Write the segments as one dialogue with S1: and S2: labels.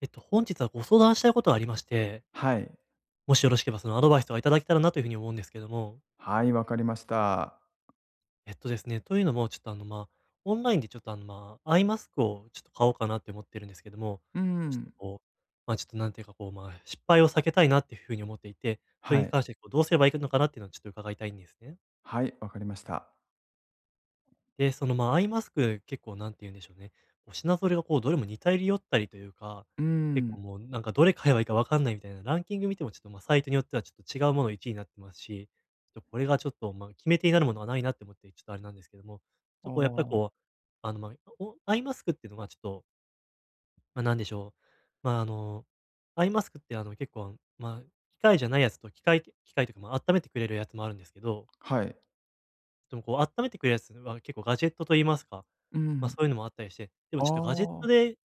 S1: 本日はご相談したいことがありまして、
S2: はい。
S1: もしよろしければそのアドバイスとかいただけたらなというふうに思うんですけども、
S2: はい、わかりました。
S1: えっとですね、というのも、ちょっとオンラインでちょっとアイマスクをちょっと買おうかなって思ってるんですけども、
S2: う
S1: ちょっと
S2: ん。
S1: こう、ちょっとなんていうかこう、失敗を避けたいなっていうふうに思っていて、それ
S2: は
S1: に
S2: い。
S1: 関してこうどうすればいいのかなっていうのをちょっと伺いたいんですね。
S2: はい、わかりました。
S1: で、その、アイマスク、結構なんて言うんでしょうね、こう、品ぞれがこうどれも似たり寄ったりというか、
S2: うー
S1: 結
S2: ん。
S1: 構もうなんかどれ買えばいいか分かんないみたいな、ランキング見てもちょっと、サイトによってはちょっと違うもの1位になってますし、ちょっとこれがちょっと、決め手になるものがないなって思って、ちょっとあれなんですけども、ちょっ
S2: あ
S1: とこうやっぱり
S2: あ、
S1: こう、おアイマスクっていうのはちょっと、なんでしょう、ま、ああの、アイマスクって結構、機械じゃないやつと機械というか、温めてくれるやつもあるんですけど、
S2: はい。
S1: でもこう温めてくれるやつは結構ガジェットと言いますか、
S2: う
S1: そ
S2: ん。
S1: ういうのもあったりして、でも
S2: あ
S1: ちょっと
S2: あ。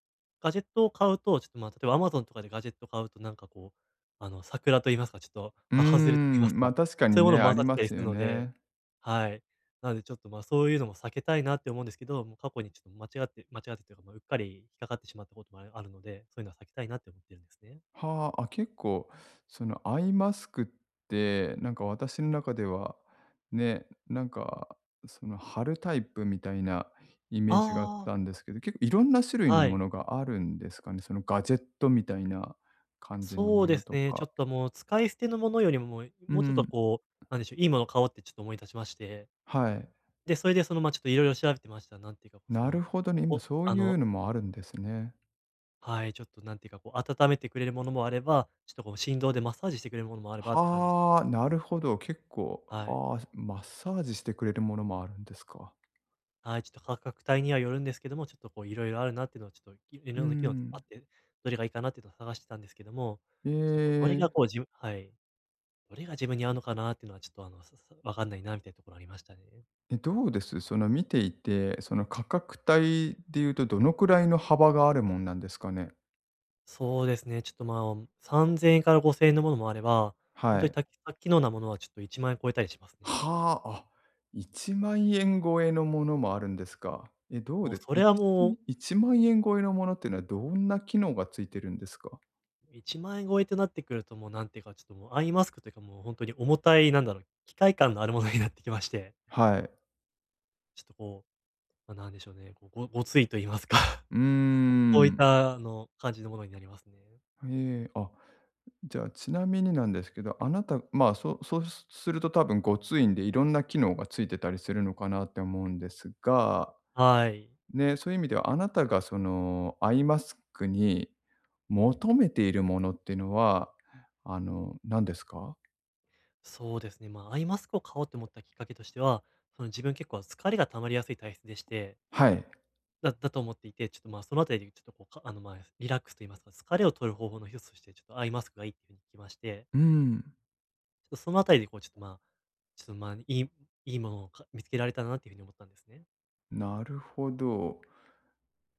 S1: ガジェットを買うと、ちょっと、例えば Amazon とかでガジェット買うと、なんかこう、桜と言いますか、ちょっと、
S2: うー
S1: 外れと言います
S2: ん、ま、
S1: か、
S2: 確か
S1: そ
S2: に
S1: ういうも
S2: ね、
S1: のも
S2: あ
S1: 混ざ
S2: り
S1: って
S2: ま
S1: たり
S2: す
S1: する
S2: よ
S1: ので。
S2: ね。
S1: はい。なのでちょっと、そういうのも避けたいなって思うんですけど、もう過去にちょっと間違ってというか、うっかり引っかかってしまったこともあるので、そういうのは避けたいなって思ってるんですね。
S2: はあ、あ、結構そのアイマスクって、なんか私の中では、ね、なんかその貼るタイプみたいなイメ
S1: あ
S2: ージがあっ
S1: あ、
S2: たんですけど、結構いろんな種類の
S1: は
S2: も
S1: い。
S2: のがあるんですかね？そのガジェットみたいな感じの
S1: そう
S2: も
S1: で
S2: の
S1: す
S2: と
S1: ね、ちょ
S2: か。
S1: っともう使い捨てのものよりも、もう
S2: う
S1: もうちょっと
S2: ん。
S1: こう、なんでしょう、いいものを買おうってちょっと思い立ちまして。
S2: はい。
S1: で、それでその、ちょっといろいろ調べてました。なんていうか、こうそ
S2: なる
S1: の、
S2: ほどね、今
S1: お
S2: そう
S1: あ
S2: いう
S1: の
S2: のもあるんですね。
S1: はい、ちょっとなんていうか、こう温めてくれるものもあれば、ちょっとこう振動でマッサージしてくれるものもあればって感じ、
S2: はあ、
S1: 結構。
S2: なるほど、結構、
S1: はい。
S2: はあ、マッサージしてくれるものもあるんですか。
S1: はい、ちょっと価格帯にはよるんですけども、ちょっとこういろいろあるなっていうのはちょっと、い
S2: う
S1: ろんな機能あ
S2: ん。
S1: って、どれがいいかなっていうのを探してたんですけども、
S2: え
S1: ちょっとこうどれ
S2: え、
S1: がこうじはい、どれが自分に合うのかなっていうのはちょっとさわかんないなみたいなところありましたね。
S2: え、どうです？その見ていて、その価格帯でいうとどのくらいの幅があるもんなんですかね？
S1: そうですね、ちょっと、3000円から5000円のものもあれば、本
S2: は
S1: 当に
S2: い。
S1: 機能なものはちょっと1万円超えたりしますね。
S2: はあ、あ、1万円超えのものもあるんですか。え、どう
S1: もう
S2: で
S1: そ
S2: い
S1: れはもう、
S2: 1万円超えのものっていうのはどんな機能がついてるんですか？
S1: 1万円超えってなってくると、もうなんていうか、ちょっともうアイマスクというか、もう本当に重たい、なんだろう、機械感のあるものになってきまして、
S2: はい。
S1: ちょっとこう、なんでしょうね、こう、ごついと言いますか
S2: う ー
S1: そういっ
S2: ん。
S1: た、感じのものになりますね。
S2: ええ、あ、じゃあちなみになんですけど、あなた、まあ、そうすると多分ごついんで、いろんな機能がついてたりするのかなって思うんですが、
S1: はい。
S2: ね、そういう意味ではあなたがそのアイマスクに求めているものっていうのは、あの、何ですか？
S1: そうですね、アイマスクを買おうと思ったきっかけとしては、その、自分結構疲れが溜まりやすい体質でして
S2: はい。
S1: だと思っていて、ちょっと、そのあたりでちょっと、こう、リラックスと言いますか、疲れを取る方法の一つとして、ちょっとアイマスクがいいっていうふうに聞きまして、
S2: うん、
S1: ちょっとそのあたりで、こう、ちょっと、いいものを見つけられたらなっていうふうに思ったんですね。
S2: なるほど。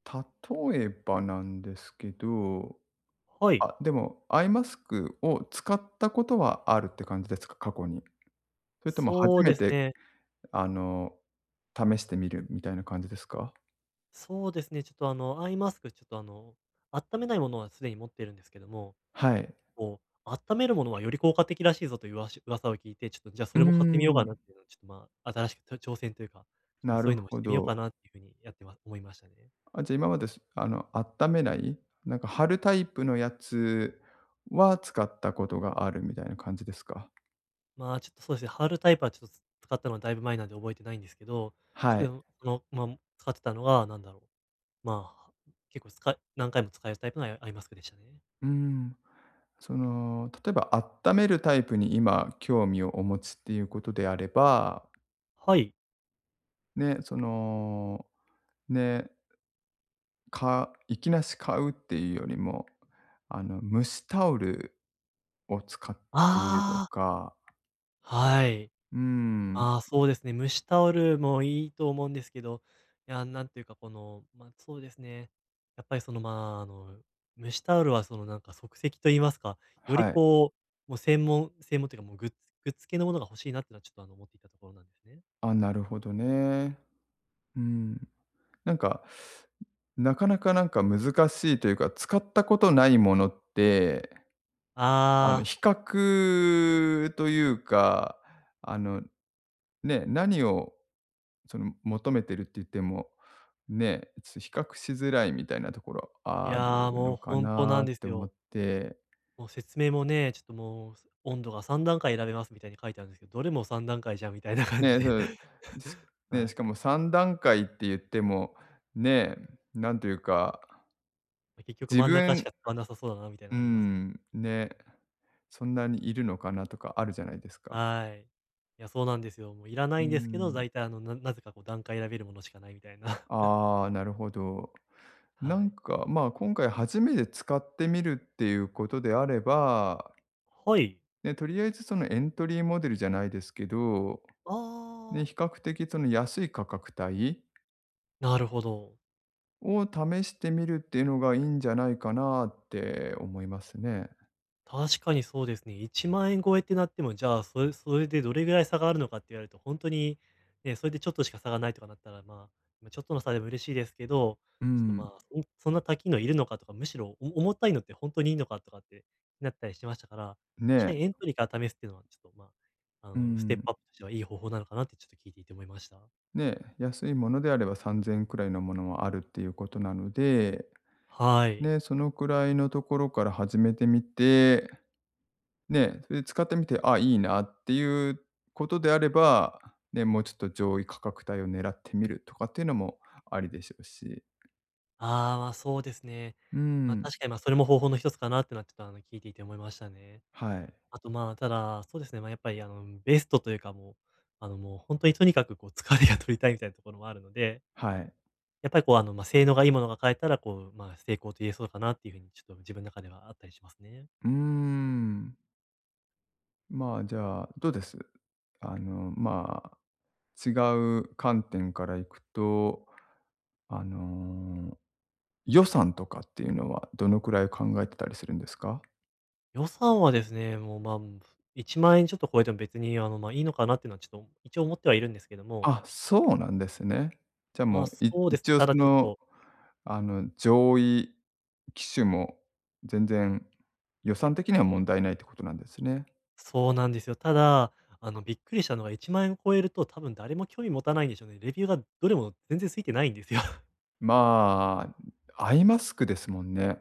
S2: 例えばなんですけど、
S1: はい。
S2: あ、でもアイマスクを使ったことはあるって感じですか？過去に。それとも
S1: そ
S2: 初
S1: う
S2: め
S1: です
S2: て
S1: ね。
S2: あの、試してみるみたいな感じですか？
S1: そうですね、ちょっと、アイマスク、ちょっと、温めないものはすでに持ってるんですけども、
S2: はい。
S1: こう、温めるものはより効果的らしいぞという噂を聞いて、ちょっと、じゃあ、そ
S2: うー
S1: れも買ってみようかなっ
S2: ん、
S1: ていうのを、ちょっと、新しく挑戦というか、ちょっと
S2: な
S1: そうい
S2: る
S1: うのもし
S2: ほ
S1: てみよう
S2: ど。
S1: かなっていう風にやってま思いましたね。
S2: あ、じゃ、今まで、あの、温めない、なんか貼るタイプのやつは使ったことがあるみたいな感じですか？
S1: まあ、ちょっとそうですね、ハードルタイプはちょっと使ったのはだいぶ前なんで覚えてないんですけど、ちょっ
S2: はい。
S1: とその、使ってたのがなんだろう、まあ、結構使い何回も使えるタイプのアイマスクでしたね。
S2: うーん。その、例えば温めるタイプに今興味をお持ちっていうことであれば、
S1: はい。
S2: ね、その、ね、かいきなし買うっていうよりも、あの、蒸しタオルを使ってみると
S1: ああ、
S2: か
S1: はい。
S2: うーん、
S1: まあ、そうですね、蒸しタオルもいいと思うんですけど、いや、なんていうかこの、そうですね、やっぱりその、あ、あの、蒸しタオルはそのなんか即席と言いますか、より
S2: はい。
S1: こう、もう専門というかもうグッズ系のものが欲しいなっていうのはちょっとあの思っていたところなんですね。
S2: あ、なるほどね。うん。なんか、なかなかなんか難しいというか、使ったことないものって、あの、
S1: ああ。
S2: 比較というか、あの、ね、何をその求めてるって言っても、ね、ちょっと比較しづらいみたいなところ
S1: いや
S2: あ
S1: ー、
S2: る
S1: も
S2: の
S1: う
S2: か
S1: 本当な
S2: な
S1: ん
S2: っ
S1: で
S2: て
S1: す
S2: 思
S1: よ。
S2: って。
S1: もう説明もね、ちょっともう、温度が3段階選べますみたいに書いてあるんですけど、どれも3段階じゃんみたいな感じ
S2: ね、そ
S1: で。
S2: う、し ね、
S1: は
S2: し
S1: い。
S2: かも3段階って言っても、ね、なんというか、
S1: 結局
S2: 自
S1: 真ん中し
S2: 分
S1: か使わなさそうだなみたいな
S2: う
S1: のありますね。
S2: ん、ね、そんなにいるのかなとかあるじゃないですか。
S1: はい。いや、そうなんですよ。もういらな
S2: うー
S1: いんですけど、
S2: ん、
S1: 大体なぜかこう段階選べるものしかないみたいな。
S2: ああ、なるほど。
S1: は
S2: なん
S1: い。
S2: か、まあ、今回初めて使ってみるっていうことであれば、
S1: はい。
S2: ね、とりあえずそのエントリーモデルじゃないですけど、
S1: あ
S2: ね、
S1: あ、
S2: 比較的その安い価格帯
S1: なるほど。
S2: を試してみるっていうのがいいんじゃないかなって思いますね。
S1: 確かにそうですね。1万円超えってなっても、じゃあ、それでどれぐらい差があるのかって言われると、本当に、ね、それでちょっとしか差がないとかなったら、ちょっとの差でも嬉しいですけど、
S2: う
S1: ちょっと、
S2: ん、
S1: そんな高いのいるのかとか、むしろ、重たいのって本当にいいのかとかってなったりしてましたから、確か
S2: ね、
S1: にエントリーから試すっていうのは、ちょっと、
S2: う
S1: ステップ
S2: ん、
S1: アップとしてはいい方法なのかなってちょっと聞いていて思いました。
S2: ね、安いものであれば3000円くらいのものもあるっていうことなので、
S1: はい。
S2: ね、そのくらいのところから始めてみて、ね、それで使ってみて、あ、いいなっていうことであれば、ね、もうちょっと上位価格帯を狙ってみるとかっていうのもありでしょうし。
S1: ああ、そうですね。
S2: うーん、
S1: 確かに、それも方法の一つかなってのは、ちょっと、聞いていて思いましたね。
S2: はい、
S1: あと、ただ、そうですね、やっぱり、ベストというか、もう、もう本当にとにかく、こう、疲れが取りたいみたいなところもあるので、
S2: はい。
S1: やっぱり、こう、性能がいいものが買えたら、こう、成功と言えそうかなっていうふうに、ちょっと自分の中ではあったりしますね。
S2: うーん。まあ、じゃあ、どうです？あの、まあ、違う観点からいくと、あの、予算とかっていうのはどのくらい考えてたりするんですか？
S1: 予算はですね、もう、1万円ちょっと超えても別に、いいのかなっていうのは、ちょっと一応思ってはいるんですけども、
S2: あ、そうなんですね。じゃあ、
S1: ま
S2: も
S1: あ、そ
S2: う、
S1: うです
S2: 一
S1: ね、
S2: 応そ
S1: ただちょっ
S2: の、
S1: と
S2: あの、上位機種も全然予算的には問題ないってことなんですね。
S1: そうなんですよ。ただ、びっくりしたのが1万円を超えると、多分誰も興味持たないんでしょうね。レビューがどれも全然ついてないんですよ。
S2: まあ、アイマスクですもんね。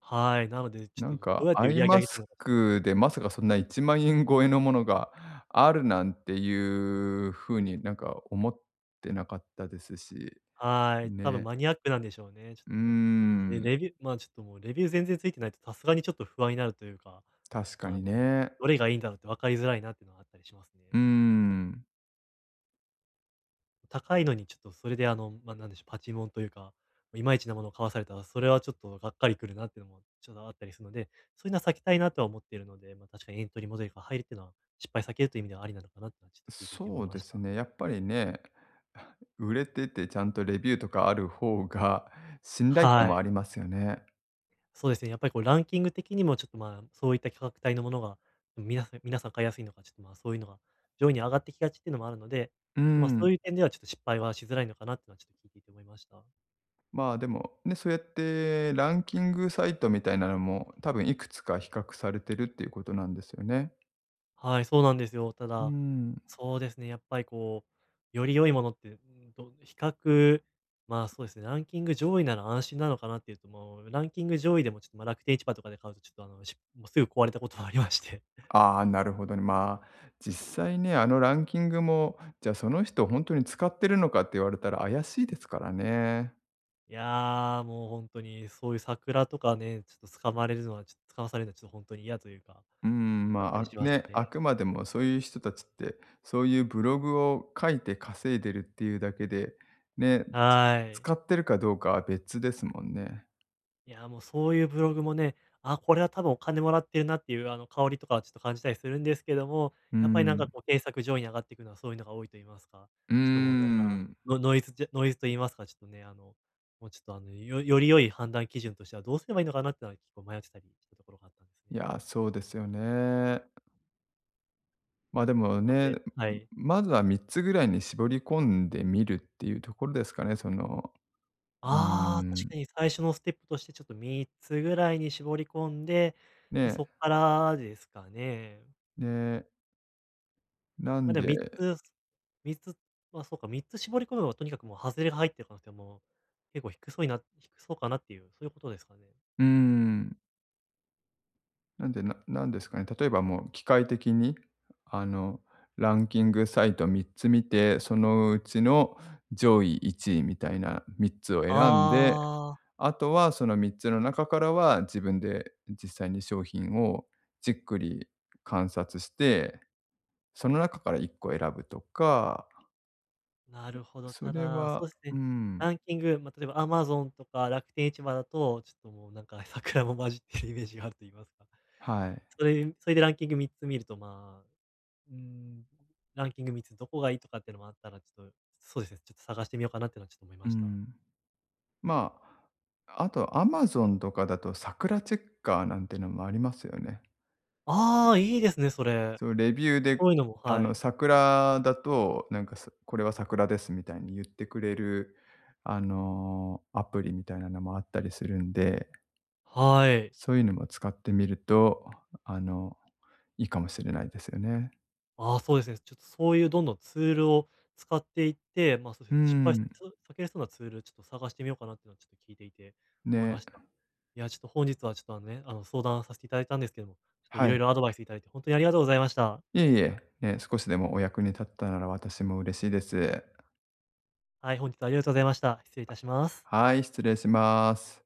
S1: はい、なので、ち
S2: な
S1: ょ
S2: ん
S1: っとど
S2: か
S1: うやって
S2: ア
S1: 売
S2: イ
S1: り上げ上
S2: マ
S1: げて
S2: ス
S1: るのかちょっ
S2: ク
S1: と、
S2: でまさかそんな1万円超えのものがあるなんていう風になんか思ってなかったですし、
S1: はい、多分
S2: ね。
S1: マニアックなんでしょうね。ちょっ
S2: うー
S1: ともう、で、
S2: ん、
S1: レビュー、まあ、ちょっともうレビュー全然ついてないとさすがにちょっと不安になるというか、
S2: 確か
S1: あ
S2: に
S1: の、
S2: ね。
S1: どれがいいんだろうって分かりづらいなっていうのはあったりしますね。
S2: うーん。
S1: 高いのにちょっとそれでなんでしょう、パチモンというか、いまいちなものを買わされたら、それはちょっとがっかりくるなっていうのもちょっとあったりするので、そういうのは避けたいなとは思っているので、まあ、確かにエントリーモデルが入るっていうのは、失敗避けるという意味ではありなのかなってのはちょっと聞いていて思
S2: そ
S1: い
S2: う
S1: ま
S2: で
S1: し
S2: す
S1: た。
S2: ね、やっぱりね、売れててちゃんとレビューとかある方が信頼感
S1: は
S2: はあ
S1: い。
S2: りますよね。
S1: そうですね、やっぱりこうランキング的にもちょっとまあ、そういった価格帯のものが、皆さん買いやすいのか、ちょっとまあ、そういうのが上位に上がってきがちっていうのもあるので、ちょ
S2: う
S1: っとまあ、そ
S2: ん。
S1: ういう点ではちょっと失敗はしづらいのかなっていうのはちょっと聞いていて思いました。
S2: まあ、でも、ね、そうやってランキングサイトみたいなのも、多分いくつか比較されてるっていうことなんですよね。
S1: はい、そうなんですよ。た
S2: う
S1: だ、
S2: ん。
S1: そうですね、やっぱりこう、より良いものって、うんと、比較、まあそうですね、ランキング上位なら安心なのかなっていうと、もうランキング上位でもちょっとまあ楽天市場とかで買うと、ちょっとあの、しもうすぐ壊れたこともありまして。
S2: ああ、なるほどね。まあ、実際ね、あのランキングも、じゃあその人本当に使ってるのかって言われたら怪しいですからね。
S1: いやー、もう本当にそういう桜とかね、ちょっと捕まされるのはちょっと本当に嫌というか、
S2: うん、ま
S1: あっ
S2: あ、
S1: たり
S2: あ
S1: します
S2: ね、あ
S1: ね。
S2: くまでもそういう人たちって、そういうブログを書いて稼いでるっていうだけで、ね、
S1: はーい。
S2: 使ってるかどうかは別ですもんね。
S1: いやー、もうそういうブログもね、あ、これは多分お金もらってるなっていう、あの、香りとかはちょっと感じたりするんですけども、
S2: うー
S1: やっぱりなんか
S2: ん。
S1: こう検索上位に上がっていくのはそういうのが多いと言いますか、
S2: うー
S1: ちょっともうなんか、
S2: ん。
S1: ノノイズノイズと言いますか、ちょっとね、あの、もうちょっとあの、よより良い判断基準としてはどうすればいいのかなってのは結構迷ってたりしたところがあったんですね。
S2: いや、そうですよね。ま、でも
S1: なの
S2: ね、
S1: ではい。
S2: まずは3つぐらいに絞り込んでみるっていうところですかね、その、うー
S1: ああ、確
S2: ん、
S1: かに最初のステップとしてちょっと3つぐらいに絞り込んで、で、
S2: ね、
S1: そっからですかね。
S2: ね、な
S1: ま、
S2: ん
S1: でも3
S2: で
S1: つ3つ、ま、そうか、3つ絞り込めばとにかくもうハズレが入ってる可能性もう、結構低そうにな低そうかなっていう、そういうことですかね？
S2: うーん。なんで、なんですかね、例えばもう機械的に、あの、ランキングサイト3つ見て、そのうちの上位1位みたいな3つを選んで、
S1: ああ、
S2: あとはその3つの中からは自分で実際に商品をじっくり観察して、その中から1個選ぶとか、
S1: なるほど。
S2: そ
S1: た
S2: れ
S1: だ、そ
S2: は
S1: うです
S2: う
S1: ね、
S2: ん、
S1: ランキング、ま、例えばアマゾンとか楽天市場だと、ちょっともうなんか 桜も混じってるイメージがあると言いますか。
S2: はい。
S1: それでランキング3つ見ると、まあうーん、ランキング3つどこがいいとかっていうのもあったら、ちょっと、そうですね、ちょっと探してみようかなっていうのはちょっと思い
S2: う
S1: ました。
S2: ん。まあ、あと Amazon とかだと、桜チェッカーなんてのもありますよね。
S1: ああ、いいですね、それ。
S2: そう、レビューで、
S1: そういうのも、
S2: あ
S1: は
S2: の、
S1: い。
S2: 桜だと、なんかさ、これは桜ですみたいに言ってくれる、あの、アプリみたいなのもあったりするんで、
S1: はい。
S2: そういうのも使ってみると、あの、いいかもしれないですよね。
S1: ああ、そうですね。ちょっとそういうどんどんツールを使っていって、まあ、そうで
S2: うー
S1: すね、失敗した
S2: ん、
S1: そう避けれそうなツール、ちょっと探してみようかなっていうのはちょっと聞いていて思い
S2: ね、
S1: ました。いや、ちょっと本日はちょっとあのね、あの、相談させていただいたんですけども、ちょっと
S2: は
S1: いろ
S2: い。
S1: いろアドバイスいただいて、本当にありがとうございました。
S2: いえいえ、ね、少しでもお役に立ったなら私も嬉しいです。
S1: はい、本日はありがとうございました。失礼いたします。
S2: はい、失礼します。